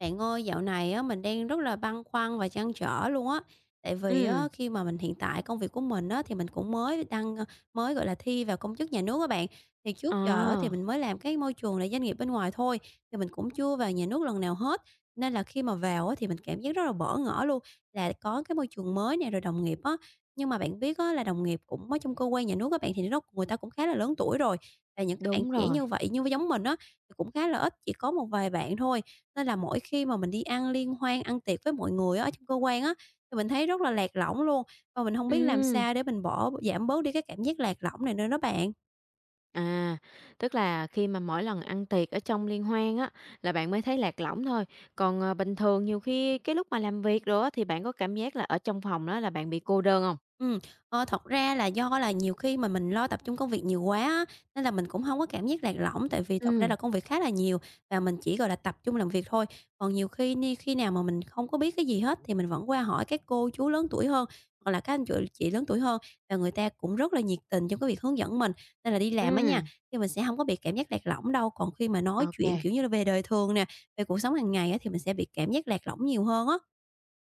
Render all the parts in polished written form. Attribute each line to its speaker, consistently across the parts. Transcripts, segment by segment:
Speaker 1: Bạn ơi, dạo này á, mình đang rất là băn khoăn và trăn trở luôn á. Tại vì
Speaker 2: Ừm,
Speaker 1: á, khi mà mình hiện tại công việc của mình á, thì mình cũng mới đăng mới, gọi là, thi vào công chức nhà nước các bạn. Thì
Speaker 2: ờ,
Speaker 1: trước giờ á, thì mình mới làm cái môi trường là doanh nghiệp bên ngoài thôi, thì mình cũng chưa vào nhà nước lần nào hết. Nên là khi mà vào á, thì mình cảm giác rất là bỡ ngỡ luôn, là có cái môi trường mới nè, rồi đồng nghiệp á. Nhưng mà bạn biết á, là đồng nghiệp cũng ở trong cơ quan nhà nước các bạn, thì nó người ta cũng khá là lớn tuổi rồi. Và những các bạn
Speaker 2: đúng
Speaker 1: trẻ
Speaker 2: rồi.
Speaker 1: như vậy, như giống mình á, thì cũng khá là ít, chỉ có một vài bạn thôi. Nên là mỗi khi mà mình đi ăn liên hoan, ăn tiệc với mọi người á, ở trong cơ quan á, thì mình thấy rất là lạc lõng luôn, và mình không biết làm
Speaker 2: Ừm,
Speaker 1: sao để mình bỏ giảm bớt đi cái cảm giác lạc lõng này nữa đó bạn.
Speaker 2: à, tức là khi mà mỗi lần ăn tiệc ở trong liên hoan á, là bạn mới thấy lạc lõng thôi, còn, bình thường nhiều khi cái lúc mà làm việc đồ á, thì bạn có cảm giác là ở trong phòng đó là bạn bị cô đơn không?
Speaker 1: Ừm, thật ra là do là nhiều khi mà mình lo tập trung công việc nhiều quá á, nên là mình cũng không có cảm giác lạc lõng, tại vì thật ra
Speaker 2: Ừm,
Speaker 1: là công việc khá là nhiều và mình chỉ, gọi là, tập trung làm việc thôi. Còn nhiều khi ni khi nào mà mình không có biết cái gì hết thì mình vẫn qua hỏi các cô chú lớn tuổi hơn, hoặc là các anh chị lớn tuổi hơn và người ta cũng rất là nhiệt tình trong cái việc hướng dẫn mình. Nên là đi làm á nha,
Speaker 2: ừm,
Speaker 1: thì mình sẽ không có bị cảm giác lạc lõng đâu, còn khi mà nói
Speaker 2: ok.
Speaker 1: chuyện, kiểu như là, về đời thường nè, về cuộc sống hàng ngày á thì mình sẽ bị cảm giác lạc lõng nhiều hơn á.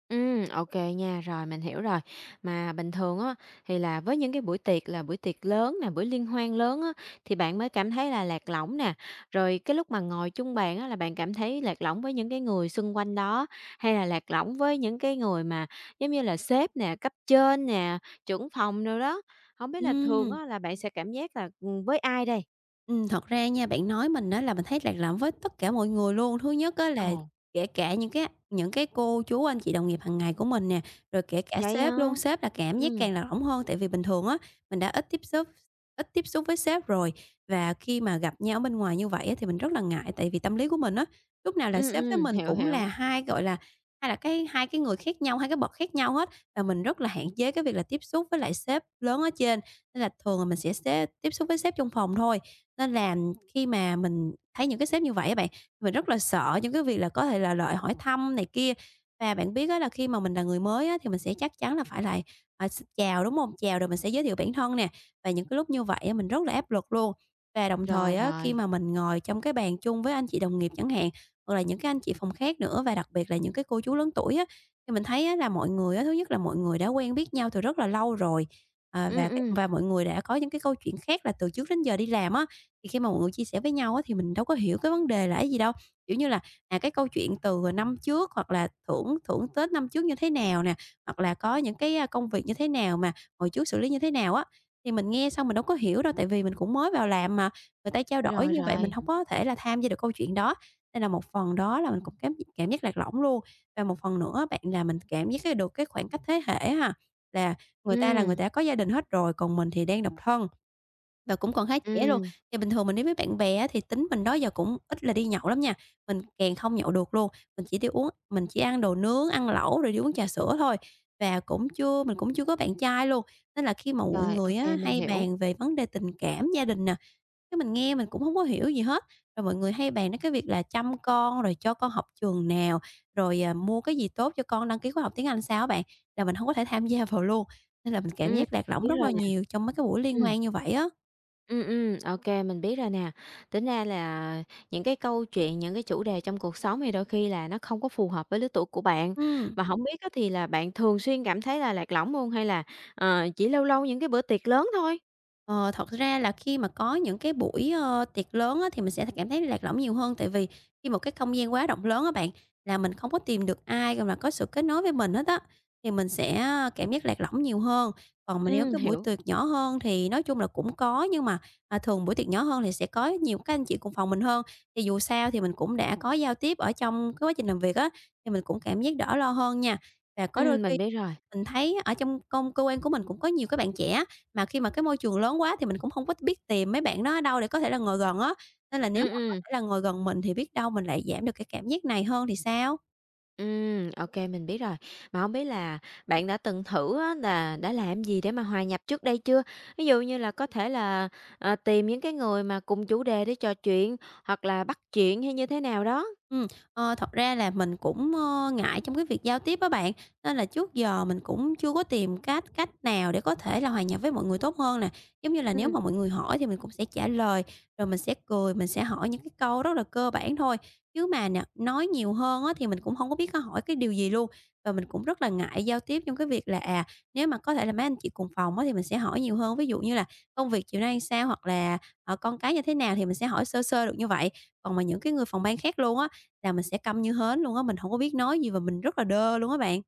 Speaker 2: Ok nha, rồi mình hiểu rồi. Mà bình thường á, thì là với những cái buổi tiệc là buổi tiệc lớn nè, buổi liên hoan lớn á, thì bạn mới cảm thấy là lạc lõng nè. Rồi cái lúc mà ngồi chung bàn á, là bạn cảm thấy lạc lõng với những cái người xung quanh đó, hay là lạc lõng với những cái người mà giống như là sếp nè, cấp trên nè, trưởng phòng đồ đó? Không biết là thường
Speaker 1: Ừm.
Speaker 2: á, là bạn sẽ cảm giác là, với ai đây?
Speaker 1: Thật ra nha, bạn nói mình á là mình thấy lạc lõng với tất cả mọi người luôn. Thứ nhất á là
Speaker 2: Ồ,
Speaker 1: kể cả những cái cô chú, anh chị đồng nghiệp hàng ngày của mình nè, rồi kể cả
Speaker 2: vậy
Speaker 1: sếp
Speaker 2: hả?
Speaker 1: luôn. Sếp là cảm giác
Speaker 2: Ừm,
Speaker 1: càng lạc lõng hơn, tại vì bình thường á, mình đã ít tiếp xúc với sếp rồi. Và khi mà gặp nhau ở bên ngoài như vậy á thì mình rất là ngại, tại vì tâm lý của mình á, lúc nào là sếp với mình
Speaker 2: hiểu,
Speaker 1: cũng
Speaker 2: hiểu.
Speaker 1: là hai, gọi là, hai là cái hai cái người khác nhau, hai cái bậc khác nhau hết, và mình rất là hạn chế cái việc là tiếp xúc với lại sếp lớn ở trên. Nên là thường là mình sẽ tiếp xúc với sếp trong phòng thôi, nên là khi mà mình thấy những cái sếp như vậy á bạn, mình rất là sợ những cái việc là có thể là lời hỏi thăm này kia. Và bạn biết á là khi mà mình là người mới á, thì mình sẽ chắc chắn là phải là, à, x chào, đúng không? Chào rồi mình sẽ giới thiệu bản thân nè, và những cái lúc như vậy á, mình rất là áp lực luôn. Và đồng
Speaker 2: Rồi,
Speaker 1: thời á, khi
Speaker 2: rồi.
Speaker 1: mà mình ngồi trong cái bàn chung với anh chị đồng nghiệp chẳng hạn, hoặc là những cái anh chị phòng khác nữa và đặc biệt là những cái cô chú lớn tuổi á, thì mình thấy á là mọi người á, thứ nhất là mọi người đã quen biết nhau từ rất là lâu rồi,
Speaker 2: Ừm,
Speaker 1: và cái
Speaker 2: ừm,
Speaker 1: và mọi người đã có những cái câu chuyện khác là từ trước đến giờ đi làm á, thì khi mà mọi người chia sẻ với nhau á, thì mình đâu có hiểu cái vấn đề là cái gì đâu. Kiểu như là, cái câu chuyện từ năm trước hoặc là thưởng thưởng Tết năm trước như thế nào nè, hoặc là có những cái, công việc như thế nào mà hồi trước xử lý như thế nào á. Thì mình nghe xong mình đâu có hiểu đâu, tại vì mình cũng mới vào làm mà, người ta trao đổi
Speaker 2: rồi,
Speaker 1: như vậy mình
Speaker 2: rồi.
Speaker 1: không có thể là tham gia được câu chuyện đó, nên là một phần đó là mình cũng cám cảm giác lạc lõng luôn. Và một phần nữa bạn là mình cảm giác cái được cái khoảng cách thế hệ á ha, là
Speaker 2: Ừm,
Speaker 1: người ta có gia đình hết rồi, còn mình thì đang độc thân và cũng còn khá trẻ luôn.
Speaker 2: ừm.
Speaker 1: Thì bình thường mình đi với bạn bè á, thì tính mình đó giờ cũng ít là đi nhậu lắm nha, mình càng không nhậu được luôn, mình chỉ đi uống mình chỉ ăn đồ nướng, ăn lẩu rồi đi uống trà sữa thôi. Và cũng chưa mình cũng chưa có bạn trai luôn, nên là khi mà mọi
Speaker 2: Rồi, ô
Speaker 1: người á
Speaker 2: kê, mình
Speaker 1: hay
Speaker 2: hiểu.
Speaker 1: bàn về vấn đề tình cảm, gia đình nè, cái mình nghe mình cũng không có hiểu gì hết, rồi mọi người hay bàn đến cái việc là chăm con, rồi cho con học trường nào, rồi, mua cái gì tốt cho con, đăng ký khóa học tiếng Anh sao á bạn, là mình không có thể tham gia vào luôn, nên là mình cảm
Speaker 2: Ừm.
Speaker 1: giác lạc lõng
Speaker 2: Biết
Speaker 1: rất
Speaker 2: rồi
Speaker 1: là
Speaker 2: nè.
Speaker 1: nhiều trong mấy cái buổi liên
Speaker 2: Ừm.
Speaker 1: hoan như vậy á.
Speaker 2: Ô kê, mình biết rồi nè. Tính ra là những cái câu chuyện, những cái chủ đề trong cuộc sống thì đôi khi là nó không có phù hợp với lứa tuổi của bạn.
Speaker 1: Ừ.
Speaker 2: Mà hổng biết á thì là bạn thường xuyên cảm thấy là lạc lõng luôn hay là, chỉ lâu lâu những cái bữa tiệc lớn thôi?
Speaker 1: Ờ, thật ra là khi mà có những cái buổi, tiệc lớn á, thì mình sẽ cảm thấy lạc lõng nhiều hơn, tại vì khi một cái không gian quá rộng lớn á bạn, là mình không có tìm được ai, mà có sự kết nối với mình hết á, thì mình sẽ cảm giác lạc lõng nhiều hơn. Còn mà nếu cái buổi
Speaker 2: Hiểu.
Speaker 1: tiệc nhỏ hơn thì nói chung là cũng có, nhưng mà, thường buổi tiệc nhỏ hơn thì sẽ có nhiều các anh chị cùng phòng mình hơn, thì dù sao thì mình cũng đã có giao tiếp ở trong cái quá trình làm việc á, thì mình cũng cảm giác đỡ lo hơn nha. Và có đôi
Speaker 2: Mình
Speaker 1: khi
Speaker 2: biết rồi.
Speaker 1: mình thấy ở trong cơ quan của mình cũng có nhiều các bạn trẻ mà khi mà cái môi trường lớn quá thì mình cũng không có biết tìm mấy bạn đó ở đâu để có thể là ngồi gần á, nên là nếu
Speaker 2: Ừm,
Speaker 1: mà có
Speaker 2: ừm.
Speaker 1: thể là ngồi gần mình thì biết đâu mình lại giảm được cái cảm giác này hơn thì sao?
Speaker 2: Ok mình biết rồi. Mà không biết là bạn đã từng thử á là đã làm gì để mà hòa nhập trước đây chưa? Ví dụ như là có thể là, tìm những cái người mà cùng chủ đề để trò chuyện, hoặc là bắt chuyện hay như thế nào đó?
Speaker 1: Ừm, thật ra là mình cũng, ngại trong cái việc giao tiếp á bạn, nên là trước giờ mình cũng chưa có tìm cách cách nào để có thể là hòa nhập với mọi người tốt hơn nè. Giống như là nếu mà mọi người hỏi thì mình cũng sẽ trả lời, rồi mình sẽ cười, mình sẽ hỏi những cái câu rất là cơ bản thôi, chứ mà nói nhiều hơn á thì mình cũng không có biết có hỏi cái điều gì luôn. Và mình cũng rất là ngại giao tiếp trong cái việc là, nếu mà có thể là mấy anh chị cùng phòng á thì mình sẽ hỏi nhiều hơn, ví dụ như là công việc chiều nay sao hoặc là, con cái như thế nào thì mình sẽ hỏi sơ sơ được như vậy. Còn mà những cái người phòng ban khác luôn á là mình sẽ câm như hến luôn á, mình hổng có biết nói gì và mình rất là đơ luôn á bạn.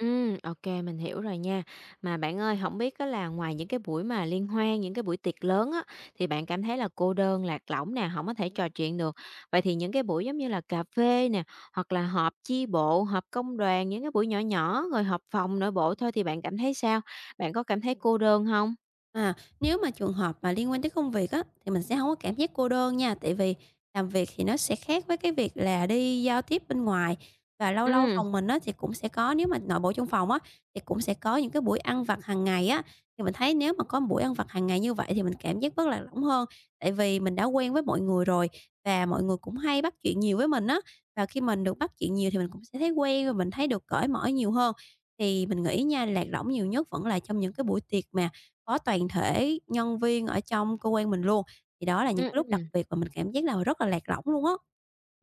Speaker 2: Ok mình hiểu rồi nha. Mà bạn ơi, không biết á là ngoài những cái buổi mà liên hoan, những cái buổi tiệc lớn á, thì bạn cảm thấy là cô đơn, lạc lõng nè, không có thể trò chuyện được. Vậy thì những cái buổi giống như là cà phê nè, hoặc là họp chi bộ, họp công đoàn, những cái buổi nhỏ nhỏ, rồi họp phòng nội bộ thôi thì bạn cảm thấy sao? Bạn có cảm thấy cô đơn không?
Speaker 1: À, nếu mà trường hợp mà liên quan tới công việc á, thì mình sẽ không có cảm giác cô đơn nha, tại vì làm việc thì nó sẽ khác với cái việc là đi giao tiếp bên ngoài. Và lâu lâu
Speaker 2: Ừm,
Speaker 1: phòng mình á, thì cũng sẽ có nếu mà nội bộ trong phòng á, thì cũng sẽ có những cái buổi ăn vặt hàng ngày á, thì mình thấy nếu mà có một buổi ăn vặt hàng ngày như vậy thì mình cảm giác rất là lỏng hơn. Tại vì mình đã quen với mọi người rồi và mọi người cũng hay bắt chuyện nhiều với mình á, và khi mình được bắt chuyện nhiều thì mình cũng sẽ thấy quen và mình thấy được cởi mở nhiều hơn. Thì mình nghĩ nha, lạc lõng nhiều nhất vẫn là trong những cái buổi tiệc mà có toàn thể nhân viên ở trong cơ quan mình luôn. Thì đó là những
Speaker 2: ừm,
Speaker 1: cái lúc đặc
Speaker 2: ừm.
Speaker 1: biệt mà mình cảm giác là rất là lạc lõng luôn á.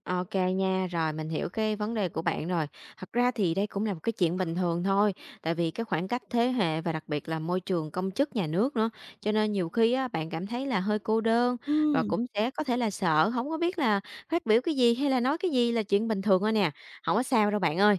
Speaker 2: OK nha, rồi mình hiểu cái vấn đề của bạn rồi. Thật ra thì đây cũng là một cái chuyện bình thường thôi, tại vì cái khoảng cách thế hệ và đặc biệt là môi trường công chức nhà nước nữa, cho nên nhiều khi á, bạn cảm thấy là hơi cô đơn và
Speaker 1: Ừm,
Speaker 2: cũng sẽ có thể là sợ, không có biết là phát biểu cái gì hay là nói cái gì là chuyện bình thường thôi nè, không có sao đâu bạn ơi.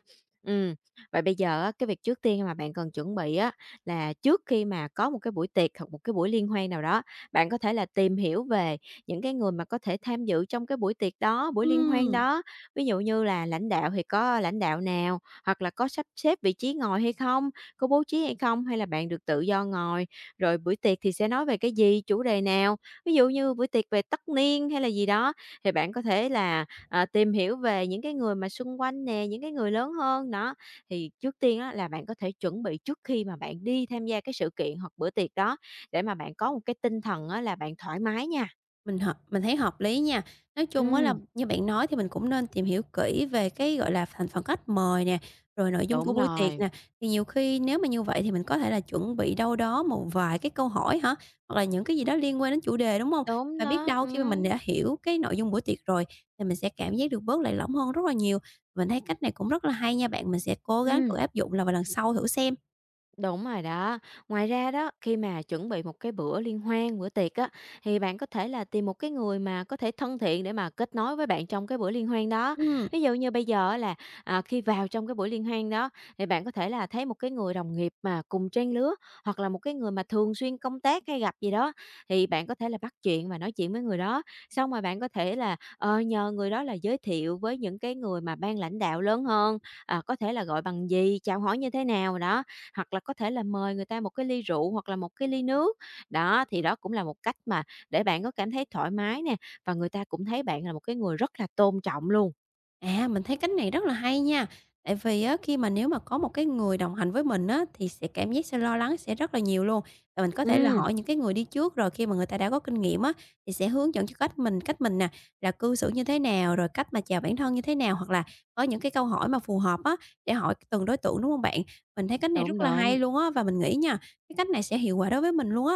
Speaker 2: Ừm, vậy bây giờ á, cái việc trước tiên mà bạn cần chuẩn bị á, là trước khi mà có một cái buổi tiệc hoặc một cái buổi liên hoan nào đó, bạn có thể là tìm hiểu về những cái người mà có thể tham dự trong cái buổi tiệc đó, buổi liên hoan
Speaker 1: ừm.
Speaker 2: đó. Ví dụ như là lãnh đạo thì có lãnh đạo nào, hoặc là có sắp xếp vị trí ngồi hay không, có bố trí hay không, hay là bạn được tự do ngồi. Rồi buổi tiệc thì sẽ nói về cái gì, chủ đề nào. Ví dụ như buổi tiệc về tất niên hay là gì đó, thì bạn có thể là, tìm hiểu về những cái người mà xung quanh nè, những cái người lớn hơn, đó. Thì trước tiên á là bạn có thể chuẩn bị trước khi mà bạn đi tham gia cái sự kiện hoặc bữa tiệc đó, để mà bạn có một cái tinh thần á là bạn thoải mái nha.
Speaker 1: Mình thấy hợp lý nha. Nói chung á là
Speaker 2: Ừm,
Speaker 1: như bạn nói thì mình cũng nên tìm hiểu kỹ về cái, gọi là, thành phần khách mời nè, rồi nội dung của
Speaker 2: đúng
Speaker 1: buổi tiệc
Speaker 2: rồi,
Speaker 1: nè. Thì nhiều khi nếu mà như vậy thì mình có thể là chuẩn bị đâu đó một vài cái câu hỏi hả? Hoặc là những cái gì đó liên quan đến chủ đề, đúng không?
Speaker 2: đúng
Speaker 1: Và biết
Speaker 2: đó,
Speaker 1: đâu khi mà mình đã hiểu cái nội dung buổi tiệc rồi thì mình sẽ cảm giác được bớt lạc lõng hơn rất là nhiều. Mình thấy cách này cũng rất là hay nha bạn, mình sẽ cố gắng thử
Speaker 2: ừm.
Speaker 1: áp dụng là vào lần sau thử xem.
Speaker 2: Đúng rồi đó. Ngoài ra đó, khi mà chuẩn bị một cái bữa liên hoan, bữa tiệc á, thì bạn có thể là tìm một cái người mà có thể thân thiện để mà kết nối với bạn trong cái bữa liên hoan đó.
Speaker 1: Ừ.
Speaker 2: Ví dụ như bây giờ á là, khi vào trong cái buổi liên hoan đó, thì bạn có thể là thấy một cái người đồng nghiệp mà cùng trang lứa, hoặc là một cái người mà thường xuyên công tác hay gặp gì đó, thì bạn có thể là bắt chuyện và nói chuyện với người đó. Xong rồi bạn có thể là, nhờ người đó là giới thiệu với những cái người mà ban lãnh đạo lớn hơn, có thể là gọi bằng gì, chào hỏi như thế nào đó hoặc là có thể là mời người ta một cái ly rượu hoặc là một cái ly nước. Đó, thì đó cũng là một cách mà để bạn có cảm thấy thoải mái nè, và người ta cũng thấy bạn là một cái người rất là tôn trọng luôn.
Speaker 1: À, mình thấy cách này rất là hay nha. Tại vì á, khi mà nếu mà có một cái người đồng hành với mình á, thì sẽ cảm giác sẽ lo lắng sẽ rất là nhiều luôn. Và mình có thể là
Speaker 2: Ừm,
Speaker 1: hỏi những cái người đi trước rồi khi mà người ta đã có kinh nghiệm á, thì sẽ hướng dẫn cho cách mình nè, là cư xử như thế nào, rồi cách mà chào bản thân như thế nào, hoặc là có những cái câu hỏi mà phù hợp á, để hỏi từng đối tượng, đúng không bạn? Mình thấy cách này
Speaker 2: đúng,
Speaker 1: rất là
Speaker 2: đúng.
Speaker 1: hay luôn á, và mình nghĩ nha, cái cách này sẽ hiệu quả đối với mình luôn á.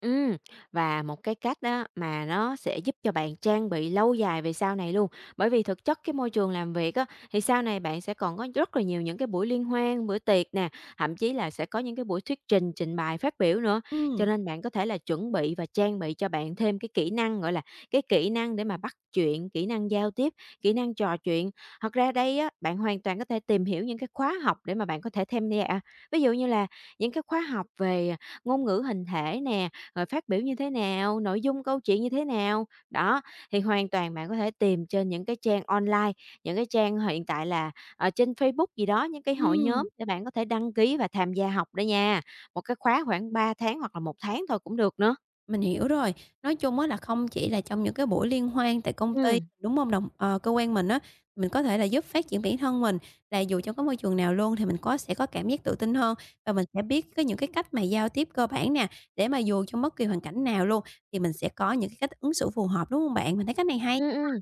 Speaker 2: Ừm, và một cái cách đó mà nó sẽ giúp cho bạn trang bị lâu dài về sau này luôn. Bởi vì thực chất cái môi trường làm việc á, thì sau này bạn sẽ còn có rất là nhiều những cái buổi liên hoan, bữa tiệc nè, thậm chí là sẽ có những cái buổi thuyết trình, trình bày, phát biểu nữa. Cho
Speaker 1: Ừm,
Speaker 2: nên bạn có thể là chuẩn bị và trang bị cho bạn thêm cái kỹ năng, gọi là, cái kỹ năng để mà bắt chuyện, kỹ năng giao tiếp, kỹ năng trò chuyện. Thật ra đây á, bạn hoàn toàn có thể tìm hiểu những cái khóa học để mà bạn có thể tham gia. Ví dụ như là những cái khóa học về ngôn ngữ hình thể nè, rồi phát biểu như thế nào, nội dung câu chuyện như thế nào. Đó, thì hoàn toàn bạn có thể tìm trên những cái trang online, những cái trang hiện tại là, ở trên Facebook gì đó, những cái hội
Speaker 1: ừm.
Speaker 2: nhóm để bạn có thể đăng ký và tham gia học đó nha. Một cái khóa khoảng 3 tháng hoặc là 1 tháng thôi cũng được nữa.
Speaker 1: Mình hiểu rồi. Nói chung á là không chỉ là trong những cái buổi liên hoan tại công ty,
Speaker 2: Ừm.
Speaker 1: đúng không? Đồng cơ quan mình á, mình có thể là giúp phát triển bản thân mình, là dù trong cái môi trường nào luôn thì mình có sẽ có cảm giác tự tin hơn và mình sẽ biết cái những cái cách mà giao tiếp cơ bản nè, để mà dù trong bất kỳ hoàn cảnh nào luôn thì mình sẽ có những cái cách ứng xử phù hợp, đúng không bạn? Mình thấy cách này hay.
Speaker 2: Ừm, ừm.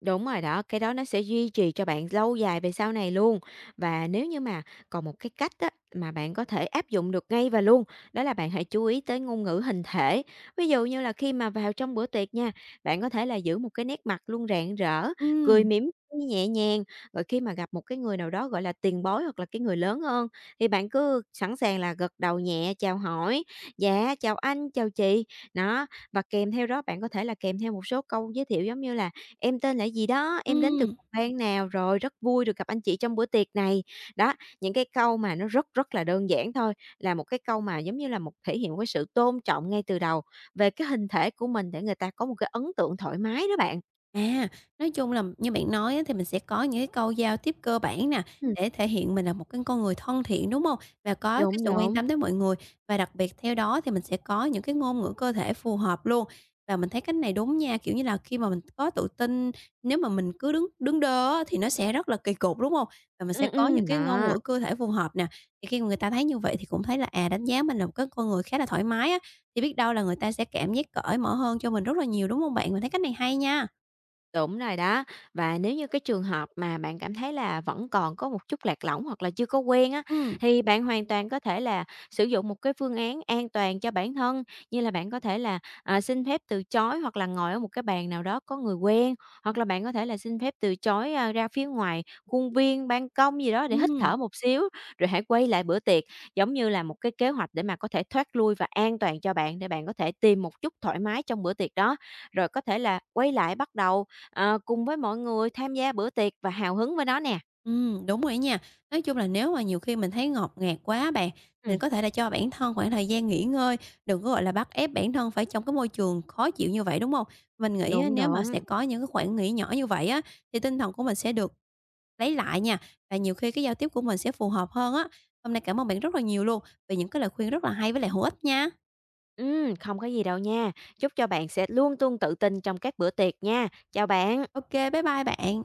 Speaker 2: Đúng rồi đó, cái đó nó sẽ duy trì cho bạn lâu dài về sau này luôn. Và nếu như mà còn một cái cách á, mà bạn có thể áp dụng được ngay và luôn, đó là bạn hãy chú ý tới ngôn ngữ hình thể. Ví dụ như là khi mà vào trong bữa tiệc nha, bạn có thể là giữ một cái nét mặt luôn rạng rỡ, cười
Speaker 1: Ừm,
Speaker 2: mỉm nhẹ nhàng. Rồi khi mà gặp một cái người nào đó gọi là tiền bối hoặc là cái người lớn hơn thì bạn cứ sẵn sàng là gật đầu nhẹ, chào hỏi, dạ, chào anh, chào chị. Đó, và kèm theo đó bạn có thể là kèm theo một số câu giới thiệu giống như là em tên là gì đó, em đến từ
Speaker 1: ừm.
Speaker 2: phòng ban nào, rồi rất vui được gặp anh chị trong bữa tiệc này. Đó, những cái câu mà nó rất rất là đơn giản thôi, là một cái câu mà giống như là một thể hiện một cái sự tôn trọng ngay từ đầu về cái hình thể của mình để người ta có một cái ấn tượng thoải mái đó bạn.
Speaker 1: À, nói chung là như bạn nói á, thì mình sẽ có những cái câu giao tiếp cơ bản nè,
Speaker 2: Ừm,
Speaker 1: để thể hiện mình là một cái con người thân thiện, đúng không? Và có cái
Speaker 2: đúng,
Speaker 1: sự quan
Speaker 2: đúng.
Speaker 1: tâm tới mọi người, và đặc biệt theo đó thì mình sẽ có những cái ngôn ngữ cơ thể phù hợp luôn. Và mình thấy cách này đúng nha, kiểu như là, khi mà mình có tự tin, nếu mà mình cứ đứng đứng đơ á thì nó sẽ rất là kỳ cục, đúng không? Và mình sẽ
Speaker 2: Ừ
Speaker 1: có những
Speaker 2: ừ
Speaker 1: cái ngôn
Speaker 2: đó.
Speaker 1: ngữ cơ thể phù hợp nè, thì khi mà người ta thấy như vậy thì cũng thấy là, à, đánh giá mình là một cái con người khá là thoải mái á, thì biết đâu là người ta sẽ cảm giác cởi mở hơn cho mình rất là nhiều, đúng không bạn? Mình thấy cách này hay nha.
Speaker 2: Đúng rồi đó. Và nếu như cái trường hợp mà bạn cảm thấy là vẫn còn có một chút lạc lõng hoặc là chưa có quen á,
Speaker 1: Ừm,
Speaker 2: thì bạn hoàn toàn có thể là sử dụng một cái phương án an toàn cho bản thân, như là bạn có thể là, xin phép từ chối hoặc là ngồi ở một cái bàn nào đó có người quen, hoặc là bạn có thể là xin phép từ chối, ra phía ngoài khuôn viên, ban công gì đó để hít
Speaker 1: ừm,
Speaker 2: thở một xíu, rồi hãy quay lại bữa tiệc, giống như là một cái kế hoạch để mà có thể thoát lui và an toàn cho bạn, để bạn có thể tìm một chút thoải mái trong bữa tiệc đó, rồi có thể là quay lại bắt đầu cùng với mọi người tham gia bữa tiệc và hào hứng với nó nè.
Speaker 1: đúng rồi á nha. Nói chung là nếu mà nhiều khi mình thấy ngột ngạt quá bạn,
Speaker 2: Ừm,
Speaker 1: mình có thể là cho bản thân khoảng thời gian nghỉ ngơi, đừng có, gọi là, bắt ép bản thân phải trong cái môi trường khó chịu như vậy, đúng hông? Mình nghĩ á
Speaker 2: đúng,
Speaker 1: nếu mà sẽ
Speaker 2: đúng.
Speaker 1: có những cái khoảng nghỉ nhỏ như vậy á, thì tinh thần của mình sẽ được lấy lại nha, và nhiều khi cái giao tiếp của mình sẽ phù hợp hơn á. Hôm nay cảm ơn bạn rất là nhiều luôn, về những cái lời khuyên rất là hay với lại hữu ích nha.
Speaker 2: Không có gì đâu nha. Chúc cho bạn sẽ luôn luôn tự tin trong các bữa tiệc nha. Chào bạn.
Speaker 1: Ô kê, bye bye bạn.